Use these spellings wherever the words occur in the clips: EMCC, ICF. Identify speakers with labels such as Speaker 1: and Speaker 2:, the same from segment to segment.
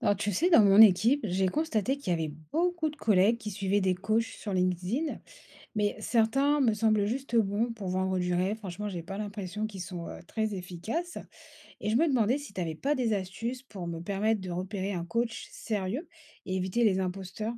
Speaker 1: Alors, tu sais, dans mon équipe, j'ai constaté qu'il y avait beaucoup de collègues qui suivaient des coachs sur LinkedIn, mais certains me semblent juste bons pour vendre du rêve. Franchement, j'ai pas l'impression qu'ils sont très efficaces. Et je me demandais si tu n'avais pas des astuces pour me permettre de repérer un coach sérieux et éviter les imposteurs.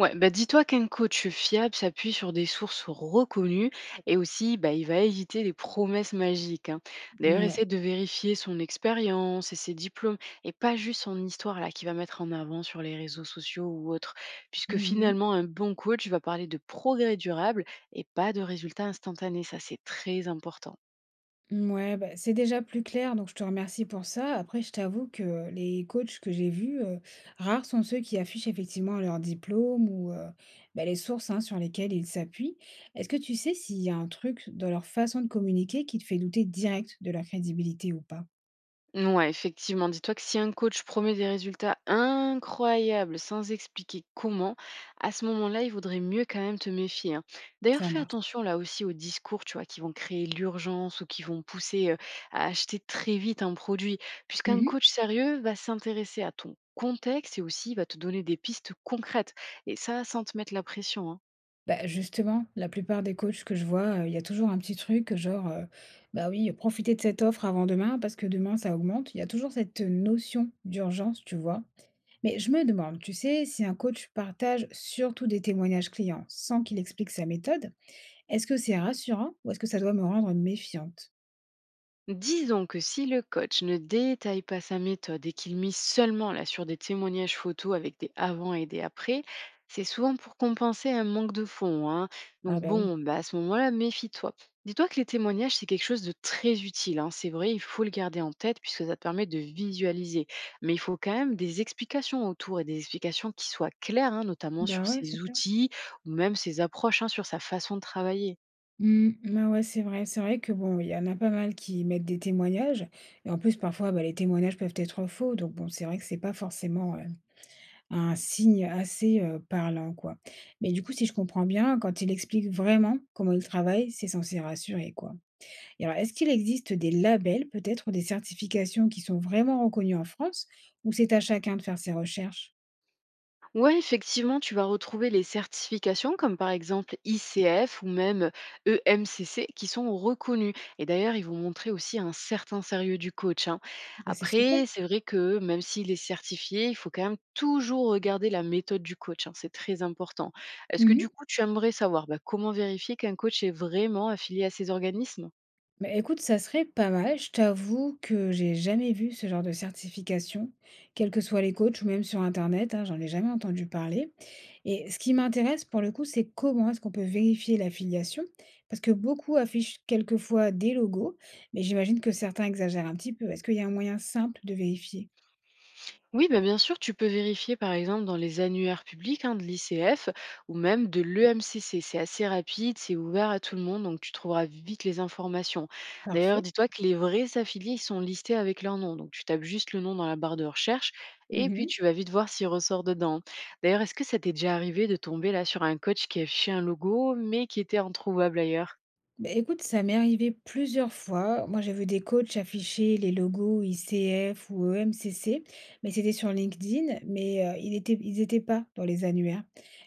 Speaker 2: Ouais, bah dis-toi qu'un coach fiable s'appuie sur des sources reconnues et aussi bah, il va éviter les promesses magiques, hein. D'ailleurs,
Speaker 1: Ouais.
Speaker 2: essaie de vérifier son expérience et ses diplômes et pas juste son histoire là qu'il va mettre en avant sur les réseaux sociaux ou autres, puisque finalement un bon coach va parler de progrès durable et pas de résultats instantanés. Ça, c'est très important.
Speaker 1: Ouais, bah, c'est déjà plus clair, donc je te remercie pour ça. Après, je t'avoue que les coachs que j'ai vus, rares sont ceux qui affichent effectivement leur diplôme ou, bah, les sources, hein, sur lesquelles ils s'appuient. Est-ce que tu sais s'il y a un truc dans leur façon de communiquer qui te fait douter direct de leur crédibilité ou pas?
Speaker 2: Ouais, effectivement, dis-toi que si un coach promet des résultats incroyables sans expliquer comment, à ce moment-là, il vaudrait mieux quand même te méfier, hein. D'ailleurs,
Speaker 1: Ça
Speaker 2: fais
Speaker 1: marche.
Speaker 2: attention là aussi aux discours, tu vois, qui vont créer l'urgence ou qui vont pousser à acheter très vite un produit, puisqu'un
Speaker 1: Mmh.
Speaker 2: coach sérieux va s'intéresser à ton contexte et aussi il va te donner des pistes concrètes, et ça sans te mettre la pression, hein.
Speaker 1: Bah, justement, la plupart des coachs que je vois, il y a toujours un petit truc genre, «Bah, oui, profitez de cette offre avant demain parce que demain ça augmente». Il y a toujours cette notion d'urgence, tu vois? Mais je me demande, tu sais, si un coach partage surtout des témoignages clients sans qu'il explique sa méthode, est-ce que c'est rassurant ou est-ce que ça doit me rendre méfiante?
Speaker 2: Disons que si le coach ne détaille pas sa méthode et qu'il mise seulement là sur des témoignages photos avec des avant et des après, c'est souvent pour compenser un manque de fond, hein.
Speaker 1: Ah
Speaker 2: Donc
Speaker 1: bah oui,
Speaker 2: bon, bah à ce moment-là, méfie-toi. Dis-toi que les témoignages, c'est quelque chose de très utile, hein. C'est vrai, il faut le garder en tête puisque ça te permet de visualiser. Mais il faut quand même des explications autour et des explications qui soient claires, hein, notamment
Speaker 1: bah
Speaker 2: sur
Speaker 1: ouais, c'est
Speaker 2: ses
Speaker 1: clair.
Speaker 2: outils ou même ses approches, hein, sur sa façon de travailler.
Speaker 1: Hmm, bah ouais, c'est vrai que bon, il y en a pas mal qui mettent des témoignages, et en plus parfois bah, les témoignages peuvent être faux, donc bon, c'est vrai que c'est pas forcément un signe assez parlant, quoi. Mais du coup, si je comprends bien, quand il explique vraiment comment il travaille, c'est censé rassurer, quoi. Et alors, est-ce qu'il existe des labels, peut-être, ou des certifications qui sont vraiment reconnues en France, ou c'est à chacun de faire ses recherches?
Speaker 2: Ouais, effectivement, tu vas retrouver les certifications comme par exemple ICF ou même EMCC qui sont reconnues. Et d'ailleurs, ils vont montrer aussi un certain sérieux du coach, hein.
Speaker 1: Bah, c'est super.
Speaker 2: Après, c'est vrai que même s'il est certifié, il faut quand même toujours regarder la méthode du coach, hein. C'est très important. Est-ce que du
Speaker 1: Mhm.
Speaker 2: coup, tu aimerais savoir bah, comment vérifier qu'un coach est vraiment affilié à ces organismes?
Speaker 1: Bah, écoute, ça serait pas mal. Je t'avoue que j'ai jamais vu ce genre de certification, quels que soient les coachs ou même sur Internet, hein, j'en ai jamais entendu parler. Et ce qui m'intéresse pour le coup, c'est comment est-ce qu'on peut vérifier l'affiliation, parce que beaucoup affichent quelquefois des logos, mais j'imagine que certains exagèrent un petit peu. Est-ce qu'il y a un moyen simple de vérifier?
Speaker 2: Oui, bah, bien sûr, tu peux vérifier par exemple dans les annuaires publics, hein, de l'ICF ou même de l'EMCC. C'est assez rapide, c'est ouvert à tout le monde, donc tu trouveras vite les informations. D'ailleurs,
Speaker 1: Parfait.
Speaker 2: dis-toi que les vrais affiliés, ils sont listés avec leur nom. Donc tu tapes juste le nom dans la barre de recherche et puis
Speaker 1: Mhm.
Speaker 2: tu vas vite voir s'il ressort dedans. D'ailleurs, est-ce que ça t'est déjà arrivé de tomber là sur un coach qui affichait un logo mais qui était introuvable ailleurs?
Speaker 1: Bah, écoute, ça m'est arrivé plusieurs fois. Moi, j'ai vu des coachs afficher les logos ICF ou EMCC, mais c'était sur LinkedIn, mais ils étaient pas dans les annuaires.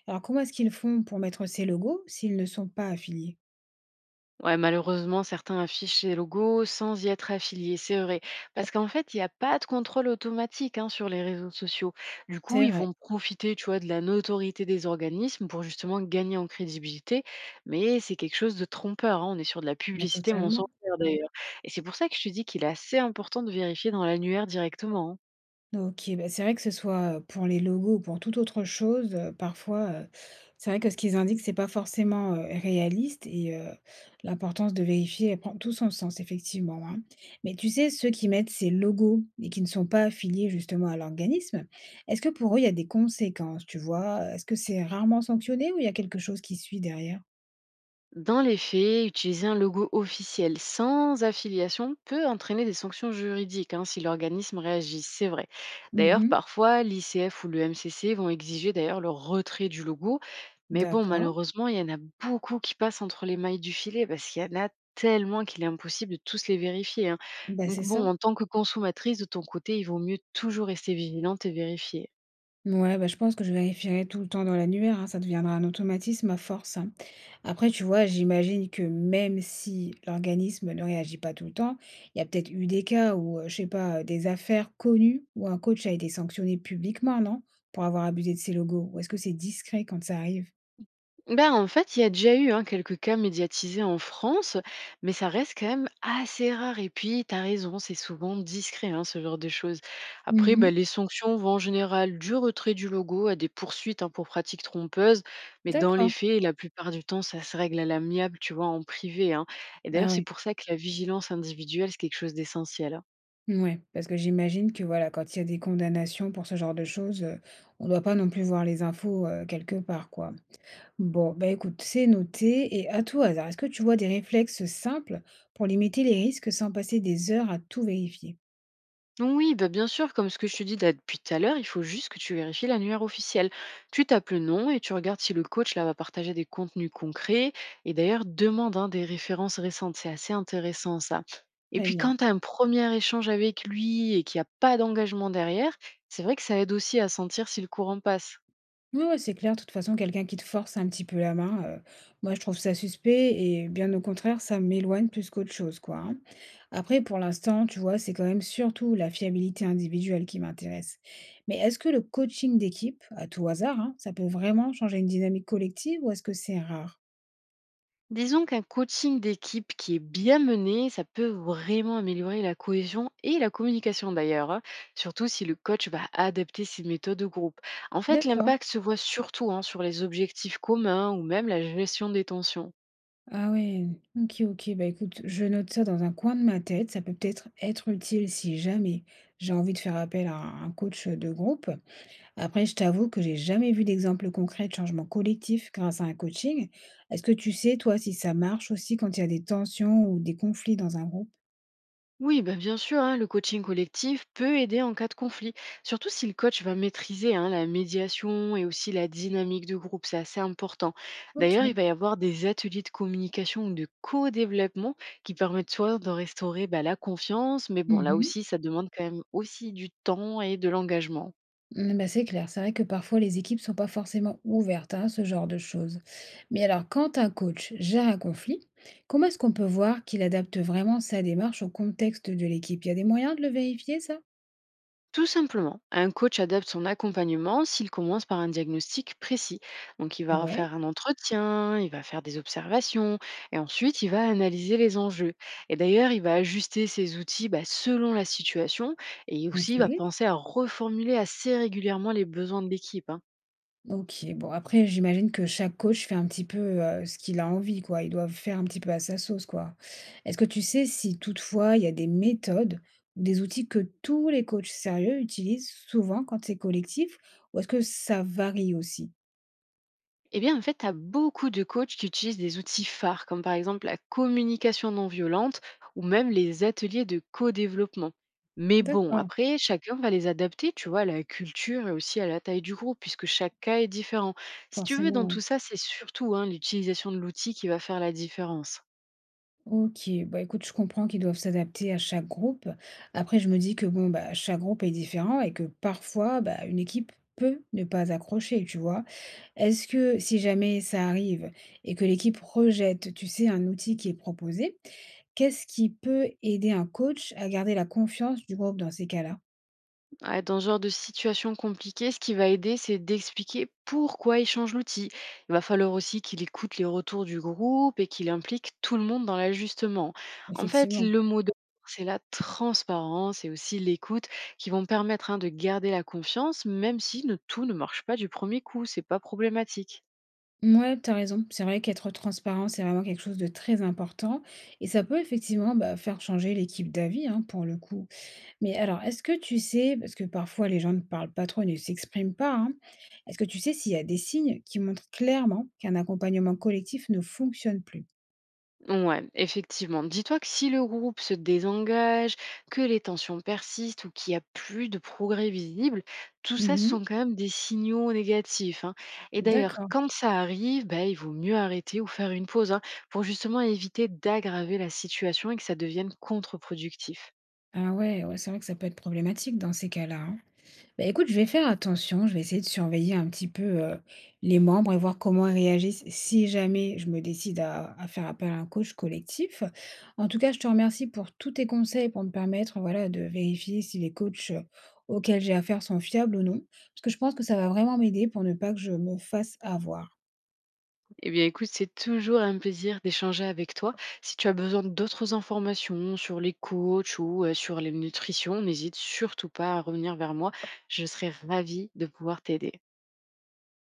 Speaker 1: Alors, comment est-ce qu'ils font pour mettre ces logos s'ils ne sont pas affiliés?
Speaker 2: Ouais, malheureusement, certains affichent ces logos sans y être affiliés, c'est vrai. Parce qu'en fait, il n'y a pas de contrôle automatique, hein, sur les réseaux sociaux. Du coup,
Speaker 1: C'est
Speaker 2: ils
Speaker 1: vrai,
Speaker 2: vont profiter, tu vois, de la notoriété des organismes pour justement gagner en crédibilité. Mais c'est quelque chose de trompeur, hein. On est sur de la
Speaker 1: bah,
Speaker 2: publicité
Speaker 1: totalement.
Speaker 2: mensongère d'ailleurs. Et c'est pour ça que je te dis qu'il est assez important de vérifier dans l'annuaire directement, hein.
Speaker 1: OK, bah, c'est vrai que ce soit, pour les logos ou pour toute autre chose, parfois, c'est vrai que ce qu'ils indiquent, c'est pas forcément, réaliste et l'importance de vérifier, elle prend tout son sens effectivement, hein. Mais tu sais, ceux qui mettent ces logos et qui ne sont pas affiliés justement à l'organisme, est-ce que pour eux, il y a des conséquences, tu vois? Est-ce que c'est rarement sanctionné ou il y a quelque chose qui suit derrière?
Speaker 2: Dans les faits, utiliser un logo officiel sans affiliation peut entraîner des sanctions juridiques, hein, si l'organisme réagit, c'est vrai. D'ailleurs,
Speaker 1: Mmh.
Speaker 2: parfois, l'ICF ou le MCC vont exiger d'ailleurs le retrait du logo. Mais bon,
Speaker 1: D'accord.
Speaker 2: malheureusement, il y en a beaucoup qui passent entre les mailles du filet parce qu'il y en a tellement qu'il est impossible de tous les vérifier, hein.
Speaker 1: Bah, c'est
Speaker 2: Donc
Speaker 1: ça.
Speaker 2: bon, en tant que consommatrice, de ton côté, il vaut mieux toujours rester vigilante et vérifier.
Speaker 1: Ouais, bah, je pense que je vérifierai tout le temps dans l'annuaire, hein, ça deviendra un automatisme à force, hein. Après, tu vois, j'imagine que même si l'organisme ne réagit pas tout le temps, il y a peut-être eu des cas où, je sais pas, des affaires connues où un coach a été sanctionné publiquement, non? Pour avoir abusé de ses logos? Ou est-ce que c'est discret quand ça arrive?
Speaker 2: Ben, en fait, il y a déjà eu, hein, quelques cas médiatisés en France, mais ça reste quand même assez rare. Et puis, tu as raison, c'est souvent discret, hein, ce genre de choses. Après,
Speaker 1: Mmh.
Speaker 2: ben, les sanctions vont en général du retrait du logo à des poursuites, hein, pour pratiques trompeuses, mais dans
Speaker 1: D'accord.
Speaker 2: les faits, la plupart du temps, ça se règle à l'amiable, tu vois, en privé, hein. Et
Speaker 1: Ah
Speaker 2: d'ailleurs, c'est
Speaker 1: ouais.
Speaker 2: pour ça que la vigilance individuelle, c'est quelque chose d'essentiel, hein.
Speaker 1: Ouais. Parce que j'imagine que, voilà, quand il y a des condamnations pour ce genre de choses, on ne doit pas non plus voir les infos, quelque part, quoi. Bon, bah écoute, c'est noté. Et à tout hasard, est-ce que tu vois des réflexes simples pour limiter les risques sans passer des heures à tout vérifier?
Speaker 2: Oui, bah bien sûr, comme ce que je te dis là depuis tout à l'heure, il faut juste que tu vérifies l'annuaire officiel. Tu tapes le nom et tu regardes si le coach là va partager des contenus concrets. Et d'ailleurs, demande, hein, des références récentes. C'est assez intéressant ça. Et
Speaker 1: Très
Speaker 2: puis
Speaker 1: bien.
Speaker 2: quand tu as un premier échange avec lui et qu'il n'y a pas d'engagement derrière, c'est vrai que ça aide aussi à sentir si le courant passe.
Speaker 1: Ouais, ouais, c'est clair. De toute façon, quelqu'un qui te force un petit peu la main, moi, je trouve ça suspect et bien au contraire, ça m'éloigne plus qu'autre chose, quoi. Hein. Après, pour l'instant, tu vois, c'est quand même surtout la fiabilité individuelle qui m'intéresse. Mais est-ce que le coaching d'équipe, à tout hasard, hein, ça peut vraiment changer une dynamique collective ou est-ce que c'est rare?
Speaker 2: Disons qu'un coaching d'équipe qui est bien mené, ça peut vraiment améliorer la cohésion et la communication d'ailleurs, hein, surtout si le coach va adapter ses méthodes au groupe. En fait,
Speaker 1: D'accord.
Speaker 2: l'impact se voit surtout, hein, sur les objectifs communs ou même la gestion des tensions.
Speaker 1: Ah ouais, OK, OK. Bah, écoute, je note ça dans un coin de ma tête. Ça peut peut-être être utile si jamais j'ai envie de faire appel à un coach de groupe. Après, je t'avoue que j'ai jamais vu d'exemple concret de changement collectif grâce à un coaching. Est-ce que tu sais, toi, si ça marche aussi quand il y a des tensions ou des conflits dans un groupe?
Speaker 2: Oui, bah, bien sûr, hein, le coaching collectif peut aider en cas de conflit, surtout si le coach va maîtriser, hein, la médiation et aussi la dynamique de groupe, c'est assez important. D'ailleurs,
Speaker 1: OK.
Speaker 2: il va y avoir des ateliers de communication ou de co-développement qui permettent soit de restaurer bah, la confiance, mais bon, là
Speaker 1: Mhm.
Speaker 2: aussi, ça demande quand même aussi du temps et de l'engagement.
Speaker 1: Mm, bah, c'est clair, c'est vrai que parfois les équipes sont pas forcément ouvertes à ce genre de choses. Mais alors, quand un coach gère un conflit, comment est-ce qu'on peut voir qu'il adapte vraiment sa démarche au contexte de l'équipe? Il y a des moyens de le vérifier, ça?
Speaker 2: Tout simplement, un coach adapte son accompagnement s'il commence par un diagnostic précis. Donc il va
Speaker 1: Ouais,
Speaker 2: faire un entretien, il va faire des observations et ensuite il va analyser les enjeux. Et d'ailleurs, il va ajuster ses outils bah, selon la situation et aussi il va
Speaker 1: ok.
Speaker 2: penser à reformuler assez régulièrement les besoins de l'équipe, hein.
Speaker 1: Ok, bon, après, j'imagine que chaque coach fait un petit peu ce qu'il a envie, quoi. Ils doivent faire un petit peu à sa sauce, quoi. Est-ce que tu sais si toutefois il y a des méthodes ou des outils que tous les coachs sérieux utilisent souvent quand c'est collectif, ou est-ce que ça varie aussi?
Speaker 2: Eh bien, en fait, tu as beaucoup de coachs qui utilisent des outils phares, comme par exemple la communication non violente ou même les ateliers de co-développement. Mais bon,
Speaker 1: D'accord,
Speaker 2: après, chacun va les adapter, tu vois, à la culture et aussi à la taille du groupe, puisque chaque cas est différent. Si tu veux,
Speaker 1: forcément,
Speaker 2: dans
Speaker 1: ouais.
Speaker 2: tout ça, c'est surtout, hein, l'utilisation de l'outil qui va faire la différence.
Speaker 1: OK, bah, écoute, je comprends qu'ils doivent s'adapter à chaque groupe. Après, je me dis que bon, bah, chaque groupe est différent et que parfois, bah, une équipe peut ne pas accrocher, tu vois? Est-ce que si jamais ça arrive et que l'équipe rejette, tu sais, un outil qui est proposé, qu'est-ce qui peut aider un coach à garder la confiance du groupe dans ces cas-là?
Speaker 2: Ouais, dans ce genre de situation compliquée, ce qui va aider, c'est d'expliquer pourquoi il change l'outil. Il va falloir aussi qu'il écoute les retours du groupe et qu'il implique tout le monde dans l'ajustement. En fait,
Speaker 1: Effectivement.
Speaker 2: le mot de c'est la transparence et aussi l'écoute qui vont permettre, hein, de garder la confiance, même si tout ne marche pas du premier coup. C'est pas problématique.
Speaker 1: Ouais, t'as raison. C'est vrai qu'être transparent, c'est vraiment quelque chose de très important et ça peut effectivement, bah, faire changer l'équipe d'avis, hein, pour le coup. Mais alors, est-ce que tu sais parce que parfois les gens ne parlent pas trop, ne s'expriment pas, hein. Est-ce que tu sais s'il y a des signes qui montrent clairement qu'un accompagnement collectif ne fonctionne plus?
Speaker 2: Ouais, effectivement. Dis-toi que si le groupe se désengage, que les tensions persistent ou qu'il n'y a plus de progrès visible, tout ça ce
Speaker 1: Mmh.
Speaker 2: sont quand même des signaux négatifs, hein. Et d'ailleurs,
Speaker 1: D'accord.
Speaker 2: quand ça arrive, bah, il vaut mieux arrêter ou faire une pause, hein, pour justement éviter d'aggraver la situation et que ça devienne contre-productif.
Speaker 1: Ah ouais, ouais, c'est vrai que ça peut être problématique dans ces cas-là, hein. Bah, écoute, je vais faire attention, je vais essayer de surveiller un petit peu, les membres et voir comment ils réagissent si jamais je me décide à faire appel à un coach collectif. En tout cas, je te remercie pour tous tes conseils, pour me permettre, voilà, de vérifier si les coachs, auxquels j'ai affaire sont fiables ou non. Parce que je pense que ça va vraiment m'aider pour ne pas que je me fasse avoir.
Speaker 2: Eh bien, écoute, c'est toujours un plaisir d'échanger avec toi. Si tu as besoin d'autres informations sur les coachs ou sur les nutritions, n'hésite surtout pas à revenir vers moi. Je serai ravie de pouvoir t'aider.